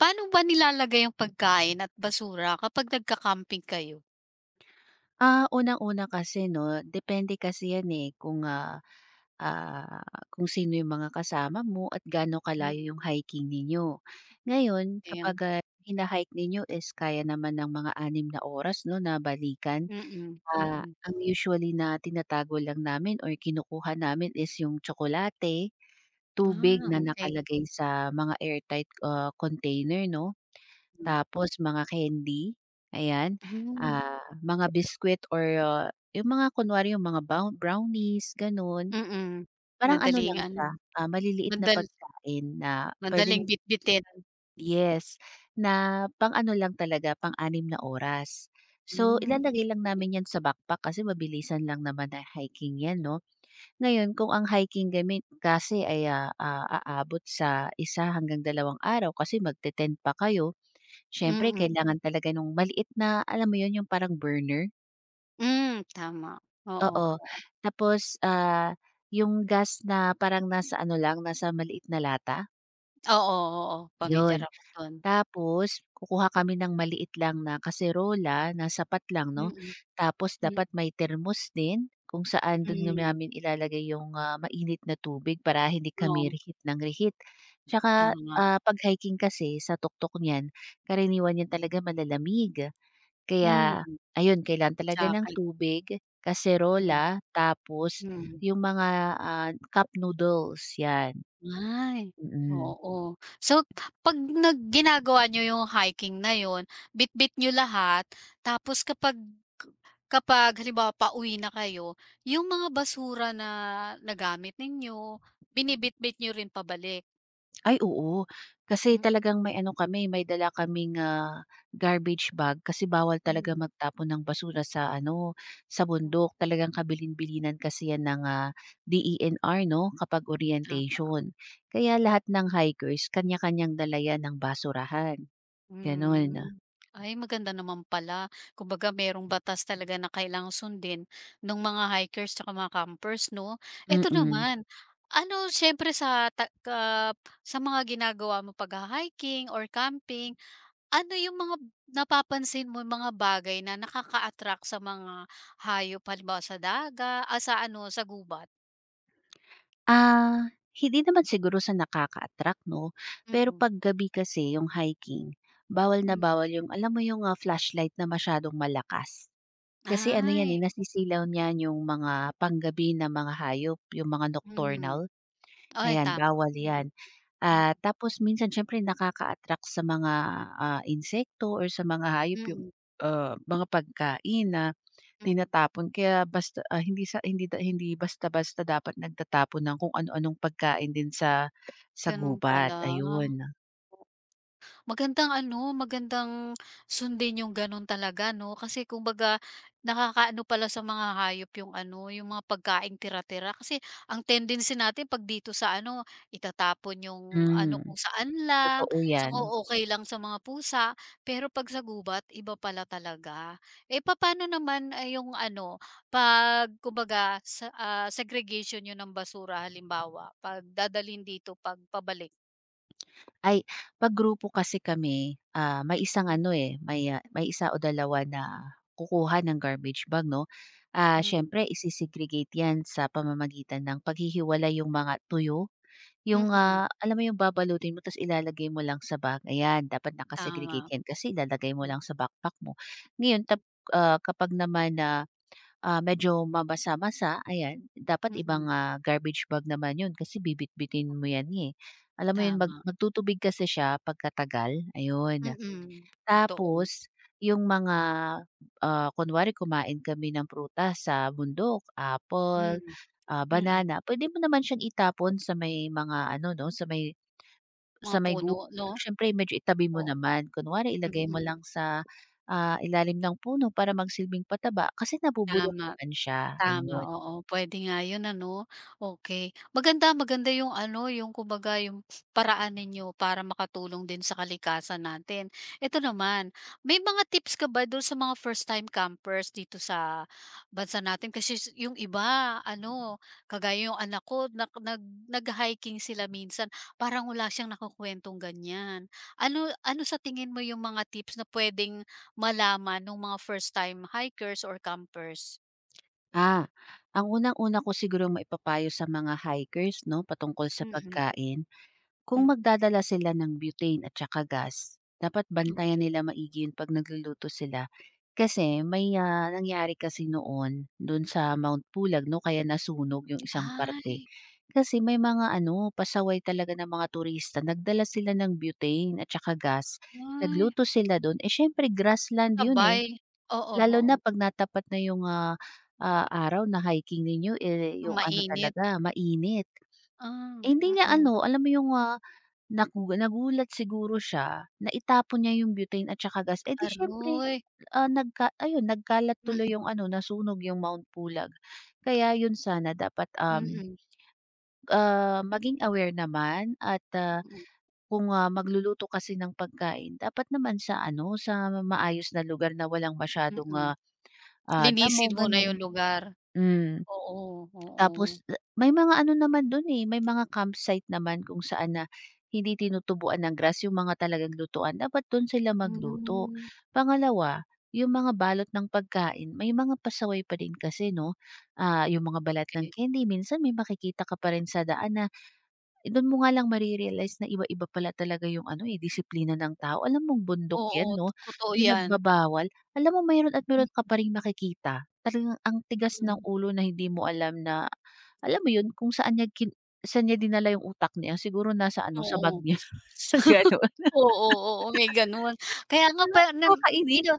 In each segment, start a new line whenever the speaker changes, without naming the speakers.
Paano ba nilalagay ang pagkain at basura kapag nagka-camping kayo?
Unang-una kasi 'no, depende kasi 'yan, eh, ah, kung sino yung mga kasama mo at gaano
Hmm,
kalayo yung hiking ninyo. Ngayon kapag,
ayan.
hina-hike ninyo is kaya naman ng mga 6 na oras 'no na balikan.
Mm, mm.
Ang usually na tinatago lang namin or kinukuha namin is yung tsokolate, tubig
Ah,
na
okey.
nakalagay sa mga airtight, container 'no.
Hmm.
Tapos mga candy, ayan. Hmm.
Hmm,
Mga biscuit or yung mga kunwari yung mga bow brownies gano'n.
mm.
Parang ano
Madaling
lang
ano,
siya, maliliit na
madal
pagkain na puwedeng
madaling bitbitin.
yes, na pang-ano lang talaga pang-anim na oras. So
Hmm,
ilalagay lang namin 'yan sa backpack kasi mabilisan lang naman na hiking 'yan 'no. Ngayon kung ang hiking gamit, kasi ay, aabot sa 1 hanggang 2 araw kasi magte-tent pa kayo. Siyempre
mm.
kailangan talaga nung maliit na alam mo 'yun, yung parang burner?
Hmm, tama. Oo,
Oo,
oo.
tapos, yung gas na parang nasa ano lang, nasa maliit na lata,
Oo, oo, pamilyar
'yun.
ako dun.
Tapos kukuha kami ng maliit lang na kaserola na sapat lang 'no,
Mm,
tapos
mm.
dapat may thermos din kung saan dun
Mm.
namin ilalagay yung, mainit na tubig para hindi kami
Oo,
rihit ng rihit. Tsaka,
tama.
'pag hiking kasi sa tuktok niyan, karaniwan 'yan talaga malalamig.
Hmm,
Kaya ayun, kailan talaga ng
jacket.
tubig,
Hmm,
kaserola, tapos
hmm.
yung mga, cup noodles, 'yan.
Ay,
Mm.
oo. So, 'pag ginagawa niyo yung hiking na yun, bitbit niyo lahat tapos kapag kapag halimbawa pauwi na kayo, yung mga basura na nagamit ninyo, binibitbit niyo rin pabalik?
Ay, oo. Kasi
Mm,
talagang may ano kami, may dala kaming, garbage bag kasi bawal talaga
mm,
magtapon ng basura sa ano, sa
hmm,
bundok. Talagang kabilin-bilinan kasi 'yan ng, DENR 'no, kapag
ah.
orientation. Kaya lahat ng hikers kanya-kanyang dala 'yan ng basurahan, gano'n.
Hmm. Ay maganda naman pala. Kumbaga merong batas talaga na kailangang sundin ng mga hikers at mga campers 'no? Eto
Mm.
naman, ano siyempre sa ta ka sa mga ginagawa mo pagha-hiking or camping, ano yung mga napapansin mo yung mga bagay na nakaka-attract sa mga hayop halimbawa sa daga sa ano sa gubat?
Ah, hindi naman siguro sa nakaka-attract 'no, pero
Mm,
'pag gabi kasi yung hiking, bawal na
hmm.
bawal yung alam mo yung, flashlight na masyadong malakas. Kasi ano yan,
Ay,
eh, nasisilaw niyan yung mga panggabi na mga hayop, yung mga nocturnal,
hmm. Ay,
ayan
tama.
bawal
Mm,
yan.
mm,
Tapos minsan siyempre nakaka-attract sa mga, insekto or sa mga hayop yung,
mm.
mga pagkain na
Mm.
tinatapon kaya basta hindi sa hindi da hindi basta-basta dapat nagtatapon ng kung ano-anong pagkain din sa
Ganun
gubat,
pala.
ayun.
Magandang ano, magandang sundin yung ganun talaga 'no, kasi kumbaga nakakaano pala sa mga hayop yung ano, yung mga pagkaing tira-tira. Kasi ang tendency natin 'pag dito sa ano, itatapon yung ano
Hmm.
kung saan lang.
Totoo
So, kung
'yan.
okay lang sa mga pusa, pero 'pag sa gubat iba pala talaga. Eh, papaano naman, ay yung ano, 'pag kumbaga sa, ah, segregation niyo ng basura halimbawa, 'pag dadalhin dito 'pag pabalik?
Ay, 'pag grupo kasi kami, may isang ano, eh, may 1 o 2 na kukuha ng garbage bag 'no.
Mm,
Siyempre ise 'yan sa pamamagitan ng paghihiwalay yung mga tuyo. Yung,
mm,
alam mo yung babalutin mo tapos ilalagay mo lang sa bag, ayan dapat naka-segregate
tama.
yan kasi ilalagay mo
Mm,
lang sa backpack mo. Ngayon kapag naman na, medyo mabasa masa ayan, dapat
mm,
ibang, garbage bag naman yun kasi bibitbitin mo yan, eh. Alam mo yun mag
tama.
magtutubig kasi siya pagkatagal, ayun.
Mm, totoo.
Tapos yung mga, kunwari kumain kami ng prutas sa bundok, apple,
Mm, mm,
banana, pwede mo naman siyang itapon sa may mga ano 'no,
mga
sa may gu
puno 'no?
pero siyempre medyo itabi mo
O
naman. Kunwari ilagay mo
mm,
lang sa, ilalim ng puno para magsilbing pataba kasi nabubulok
tama.
naman siya,
Tama,
ayun.
oo. Puwede nga 'yun ano, okay. Maganda, maganda 'yung ano, 'yung kumbaga 'yung paraan ninyo para makatulong din sa kalikasan natin. Eto naman, may mga tips ka ba dun sa mga first time campers dito sa bansa natin? Kasi 'yung iba ano, kagaya 'yung anak ko nak nag nag-hiking sila minsan, parang wala siyang nakukuwentong ganiyan. Ano ano sa tingin mo 'yung mga tips na puwedeng malaman ng mga first time hikers or campers?
Ah, ang unang-una ko sigurong maipapayo sa mga hikers 'no, patungkol sa
Mm.
pagkain. Kung
Mm,
magdadala sila ng butane at saka gas, dapat bantayan
okay.
nila maigi 'yun 'pag nagluluto sila. Kasi may, nangyari kasi noon do'n sa Mount Pulag 'no, kaya nasunog 'yung isang parte.
Ay,
Kasi may mga ano, pasaway talaga ng mga turista, nagdala sila ng butane at saka gas,
ay,
nagluto sila do'n, eh, siyempre grassland 'yun, eh.
sabay. Oo,
Lalo
oo,
na 'pag natapat na 'yung, araw na hiking ninyo, eh,
ang
'yung ano
mainit.
talaga mainit.
Ah,
Eh, hindi niya ano,
mm.
alam mo 'yung, Naku, nagulat siguro siya na itapon niya yung butane at saka gas, eh, di siyempre,
Aroy,
nagka ayun nagkalat
mm,
tuloy yung ano nasunog yung Mount Pulag. Kaya yun sana dapat,
mm,
maging aware naman at,
mm,
kung, magluluto kasi ng pagkain dapat naman sa ano, sa maayos na lugar na walang masyadong,
mm.
damo
Linisin muna
gano'n.
yung lugar.
Hmm.
Oo, oo.
Tapos may mga ano naman dun, eh, may mga campsite naman kung saan na hindi tinutubuan ng grass yung mga talagang lutuan, dapat dun sila magluto.
Hmm,
Pangalawa, yung mga balot ng pagkain may mga pasaway pa din kasi 'no, yung mga balat ng
okey.
candy minsan may makikita ka pa rin sa daan na. Dun mo nga lang mare na iba-iba pala talaga yung ano, eh, disiplina ng tao. Alam mong bundok
Oo,
'yan 'no,
totoo yan.
pinagbabawal. Alam mo mayroon at mayroon ka
Mm,
pa ring makikita. Talagang ang tigas ng
mm.
ulo na hindi mo alam na alam mo 'yun, kung saan niya saan niya dinala yung utak niya. Siguro nasa ano, sa bag
Oo.
niya, gano'n.
Oo, oo, may gano'n. Kaya nga pa nam
Nakakainis.
bina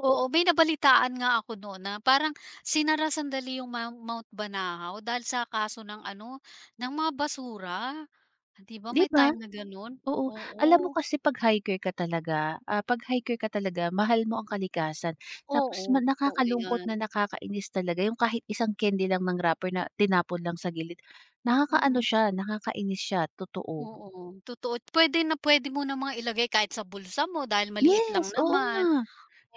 oo, may nabalitaan nga ako noon na parang sinara sandali yung Mount Mount Banahaw dahil sa kaso ng ano, ng mga basura. 'Di ba
'Di
may
ba?
time na gano'n?
Oo. Alam mo
Oo,
kasi 'pag hiker ka talaga mahal mo ang kalikasan. Tapos
oo, totoo
nakakalungkot
'yan.
na nakakainis talaga yung kahit isang candy lang ng wrapper na tinapon lang sa gilid, nakakaano
Mm,
siya, nakakainis siya, totoo.
oo, totoo. Puwede na puwede mo namang ilagay kahit sa bulsa mo dahil maliit
Yes,
lang
oo
naman.
nga.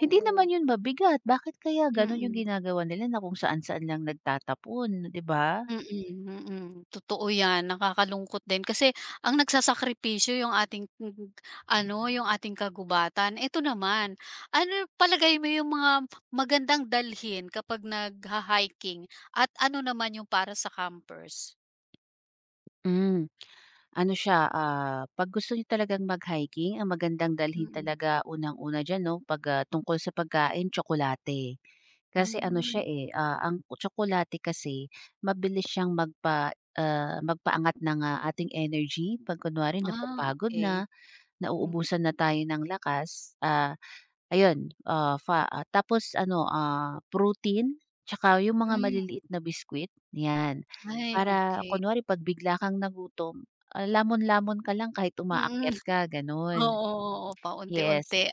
Hindi naman yun mabigat, bakit kaya ganun yung
mm.
ginagawa nila na kung saan-saan lang nagtatapon, 'di ba?
Mm, mm. Totoo 'yan, nakakalungkot din kasi ang nagsasakripisyo yung ating ano, yung ating kagubatan. Ito naman, ano palagay mo yung mga magandang dalhin kapag nagha-hiking at ano naman yung para sa campers?
Hmm, ano siya, 'pag gusto niyo talagang mag-hiking ang magandang dalhin
Mm.
talaga unang-una diyan 'no, 'pag, tungkol sa pagkain tsokolate. Kasi ano siya,
Hmm,
eh, ang tsokolate kasi mabilis siyang magpaangat ng, ating energy 'pag kunwari
ah,
napapagod na,
okey. Mm,
nauubusan na tayo ng lakas, Ayun, tapos ano, protein tsaka yung mga maliliit na biscuit, 'yan.
ay
Para
okey.
kunwari 'pag bigla kang nagutom, lamon-lamon ka lang kahit
Mm,
umaakyat ka,
oo,
gano'n.
oo,
Yes.
paunti-unti.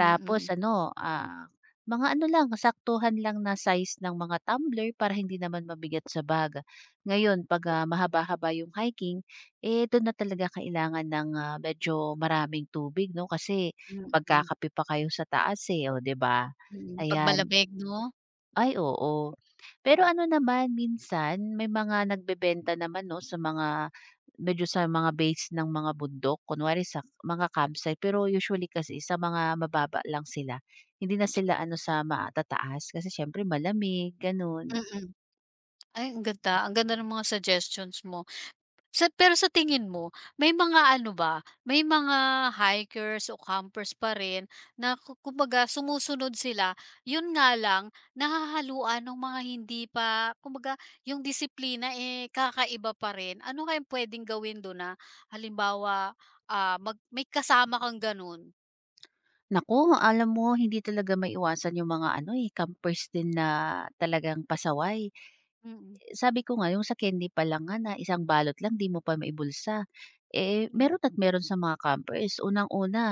Tapos ano, mga ano lang, saktuhan lang na size ng mga tumbler para hindi naman mabigat sa bag. Ngayon 'pag, mahaba-haba yung hiking, eh, dun na talaga kailangan ng, medyo maraming tubig 'no, kasi
mm,
magkakape pa kayo sa taas, eh, o 'di ba?
mm. Pag
Ayan.
malamig 'no?
Ay oo. Pero
Oh,
ano naman minsan may mga nagbebenta naman 'no sa mga medyo sa mga base ng mga bundok kunwari sa mga campsite pero usually kasi sa mga mababa lang sila. Hindi na sila ano sa matataas kasi siyempre malamig gano'n.
mm. Ay, ang ganda. Ang ganda ng mga suggestions mo. Pero sa tingin mo, may mga ano ba, may mga hikers o campers pa rin na kumbaga sumusunod sila, yun nga lang, nahahaluan ng mga hindi pa, kumbaga yung disiplina eh kakaiba pa rin. Ano kayang pwedeng gawin doon na halimbawa may kasama kang ganun?
Naku, alam mo hindi talaga maiwasan yung mga ano, eh, campers din na talagang pasaway.
Mm,
Sabi ko nga yung sa candy pa lang nga na isang balot lang 'di mo pa maibulsa. Eh,
mm,
meron at meron sa mga campers unang-una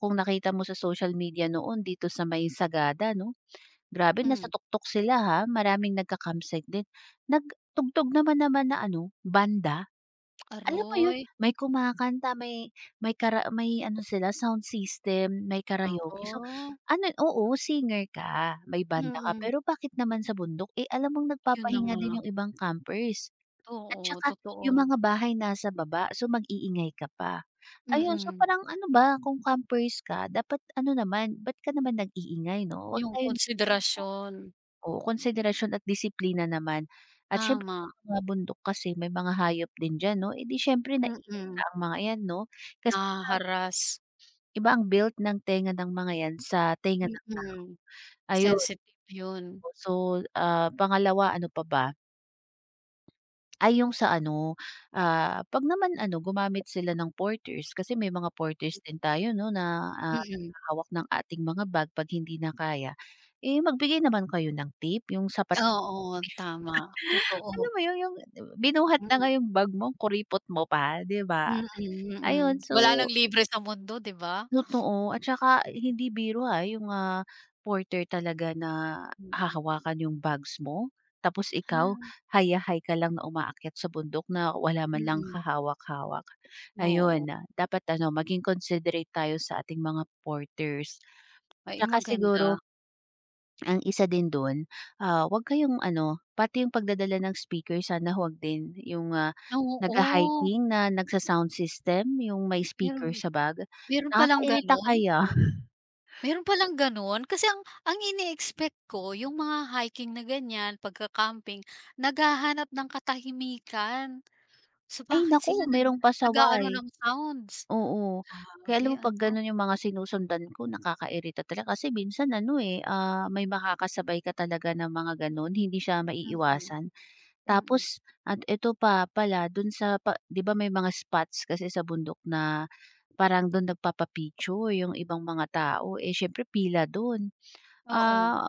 kung nakita mo sa social media noon dito sa may Sagada 'no, grabe nasa
mm.
tuktok sila ha, maraming nagka-campsite din. Nagtugtog naman naman na ano, banda, alam mo yun,
Aroy,
may kumakanta, may ano sila sound system, may
nako.
karaoke. So, ano oo, singer ka, may
Mm,
banda ka,
mm.
pero bakit naman sa bundok, eh, alam mong
Yun na
nagpapahinga
nga.
din yung ibang campers. At
Oo,
saka
totoo.
yung mga bahay nasa baba, so mag-iingay ka pa. Ayun, so
Mm,
parang ano ba, kung campers ka dapat ano naman, ba't ka naman nag-iingay 'no? Huwag
yung
tayong
konsiderasyon,
oo, konsiderasyon at disiplina naman. At siyempre
tama,
sa mga bundok kasi may mga hayop din diyan 'no, eh, di siyempre naiirita
mm,
ang mga 'yan 'no. Kasi
naha-harass,
iba ang built ng tenga ng mga 'yan sa tenga ng
mm,
ayun,
sensitive yun,
so, pangalawa ano pa ba? Ay yung sa ano, 'pag naman ano gumamit sila ng porters kasi may mga porters din tayo 'no na,
mm.
naghahawak ng ating mga bag 'pag hindi na kaya, eh, magbigay naman kayo ng tip yung sapat.
Oo, tama, totoo,
Alam mo yun yung binuhat na
mm,
nga yung bag mo, kuripot mo pa, 'di ba?
mm, mm,
Ayun
wala
so
ng libre sa mundo 'di ba?
totoo at saka hindi biro, yung, porter talaga na
Mm,
hahawakan yung bags mo, tapos ikaw haya-hay ka lang na umaakyat sa bundok na wala man lang
mm,
kahawak-hawak.
oo,
Ayun, dapat ano maging considerate tayo sa ating mga porters.
ay
Tsaka
maganda,
siguro ang isa din dun, wag kayong ano pati yung pagdadala ng speaker sana wag din yung,
oo,
nagha-hiking na nagsa-sound system yung may
meron
speaker sa bag,
meron palang
nakakairita
ganun?
kaya.
Meron palang gano'n? Kasi ang ini-expect ko yung mga hiking na ganyan, pagka-camping, naghahanap ng katahimikan. So,
Ay
bakit sila
naku, merong
nag-aano
pasaway,
ng sounds?
oo. Kaya
Grabe
alam mo 'pag
ano?
gano'n yung mga sinusundan ko nakakairita talaga kasi minsan ano, eh, may makakasabay ka talaga ng mga gano'n, hindi siya
Mm,
maiiwasan.
mm.
Tapos at ito pa pala do'n sa pa 'di ba may mga spots kasi sa bundok na parang do'n nagpapa-picture yung ibang mga tao, eh, siyempre pila do'n.
Oo,
Ah,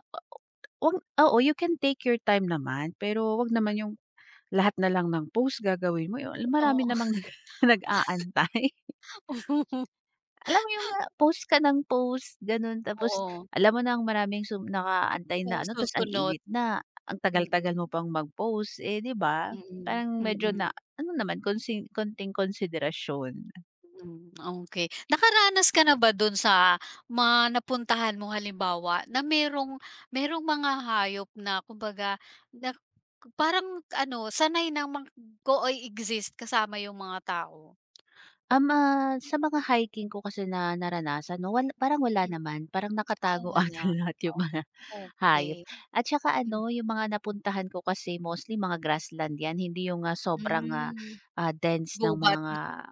wag oo, you can take your time naman pero 'wag naman yung lahat na lang ng post gagawin mo, eh, marami
oo.
namang nag nag-aantay. Alam mo yung, post ka ng post gano'n tapos
Oo,
alam mo na ang maraming nakaantay na
oo,
ano tapos ang
susunod.
init na, ang
Mm,
tagal-tagal mo pang mag-post, eh, 'di ba?
mm,
Parang medyo
mm.
na ano naman konting konsiderasyon.
Hmm, okey. Nakaranas ka na ba dun sa mga napuntahan mo halimbawa na merong merong mga hayop na kumbaga na parang ano sanay na mag co-exist kasama yung mga tao?
Sa mga hiking ko kasi na naranasan 'no, parang wala
Hmm,
naman. Parang
ah,
nakatago ata
wala.
lahat yung mga
O,
hayop
okey.
at saka
Hmm.
ano, yung mga napuntahan ko kasi mostly mga grassland 'yan, hindi yung, sobrang,
Hmm,
dense ng mga,
gubat,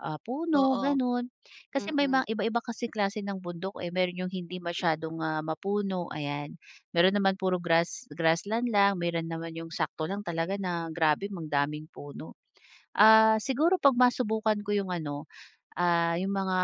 puno,
oo,
gano'n. Kasi may
mm.
mga iba-iba kasing klase ng bundok, eh. Meron yung hindi masyadong, mapuno, ayan. Meron naman puro grassland lang, meron naman yung sakto lang talaga na grabe ang daming puno. Siguro 'pag masubukan ko yung ano yung mga,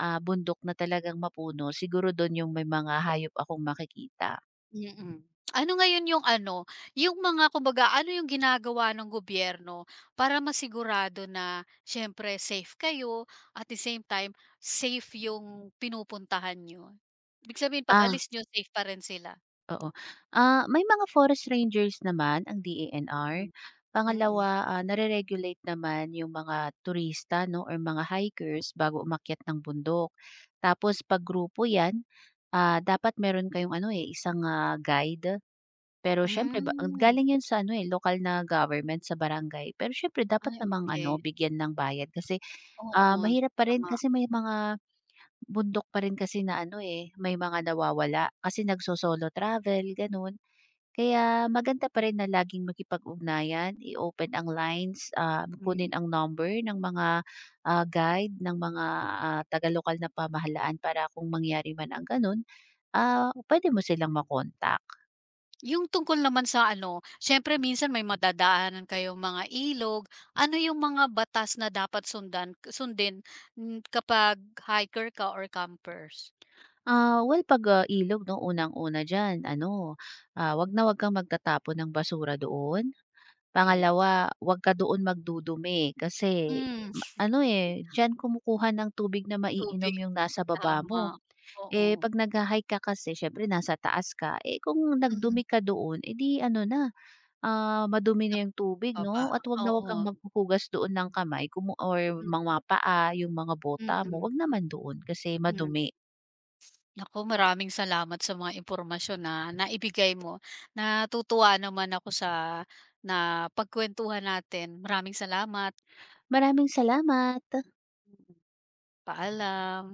bundok na talagang mapuno siguro dun yung may mga hayop akong makikita.
Mm. Ano ngayon yung ano, yung mga kumbaga ano yung ginagawa ng gobyerno para masigurado na siyempre safe kayo at the same time safe yung pinupuntahan niyo? Ibig sabihin pag
Ah,
alis niyo safe pa rin sila?
oo. May mga forest rangers naman ang DANR.
Mm, mm.
Pangalawa, nare-regulate naman yung mga turista 'no or mga hikers bago umakyat ng bundok. Tapos 'pag grupo 'yan, dapat meron kayong ano, eh, isang, guide. Pero siyempre ba ang
Hmm,
galing 'yun sa ano, eh, lokal na government, sa barangay. Pero siyempre dapat
ay
namang
okey.
ano, bigyan ng bayad kasi.
Oo,
Mahirap pa rin
tama.
kasi may mga bundok pa rin kasi na ano, eh, may mga nawawala kasi nagso-solo travel gano'n. Kaya maganda pa rin na laging makipag-ugnayan, i-open ang lines, kunin
Mm.
ang number ng mga, guide, ng mga, taga-lokal na pamahalaan para kung mangyari man ang gano'n, puwede mo silang
Yung tungkol naman sa ano, siyempre minsan may madadaanan kayong mga ilog. Ano yung mga batas na dapat sundin, hmm, kapag hiker ka or campers?
Well 'pag, ilog 'no, unang-una diyan ano, 'wag na 'wag kang magtatapon ng basura doon.
Okay,
Pangalawa, 'wag ka doon magdudumi kasi
hmm.
ano, eh, diyan kumukuha ng tubig na maiinom
Tubig,
yung nasa baba
tama.
mo.
Oo.
Eh, 'pag nagha-hike ka kasi syempre nasa taas ka, eh, kung
Mhm.
nagdumi ka doon, edi ano na, madumi
Naku
na yung tubig
pa ba.
'no at 'wag na 'wag
Oo.
kang maghuhugas doon ng kamay or
M
mga paa, yung mga bota mo,
mm,
'wag naman doon kasi
hmm.
madumi.
Naku, maraming salamat sa mga impormasyon na naibigay mo. Natutuwa naman ako na napagkuwentuhan natin. Maraming salamat.
Maraming salamat.
Paalam.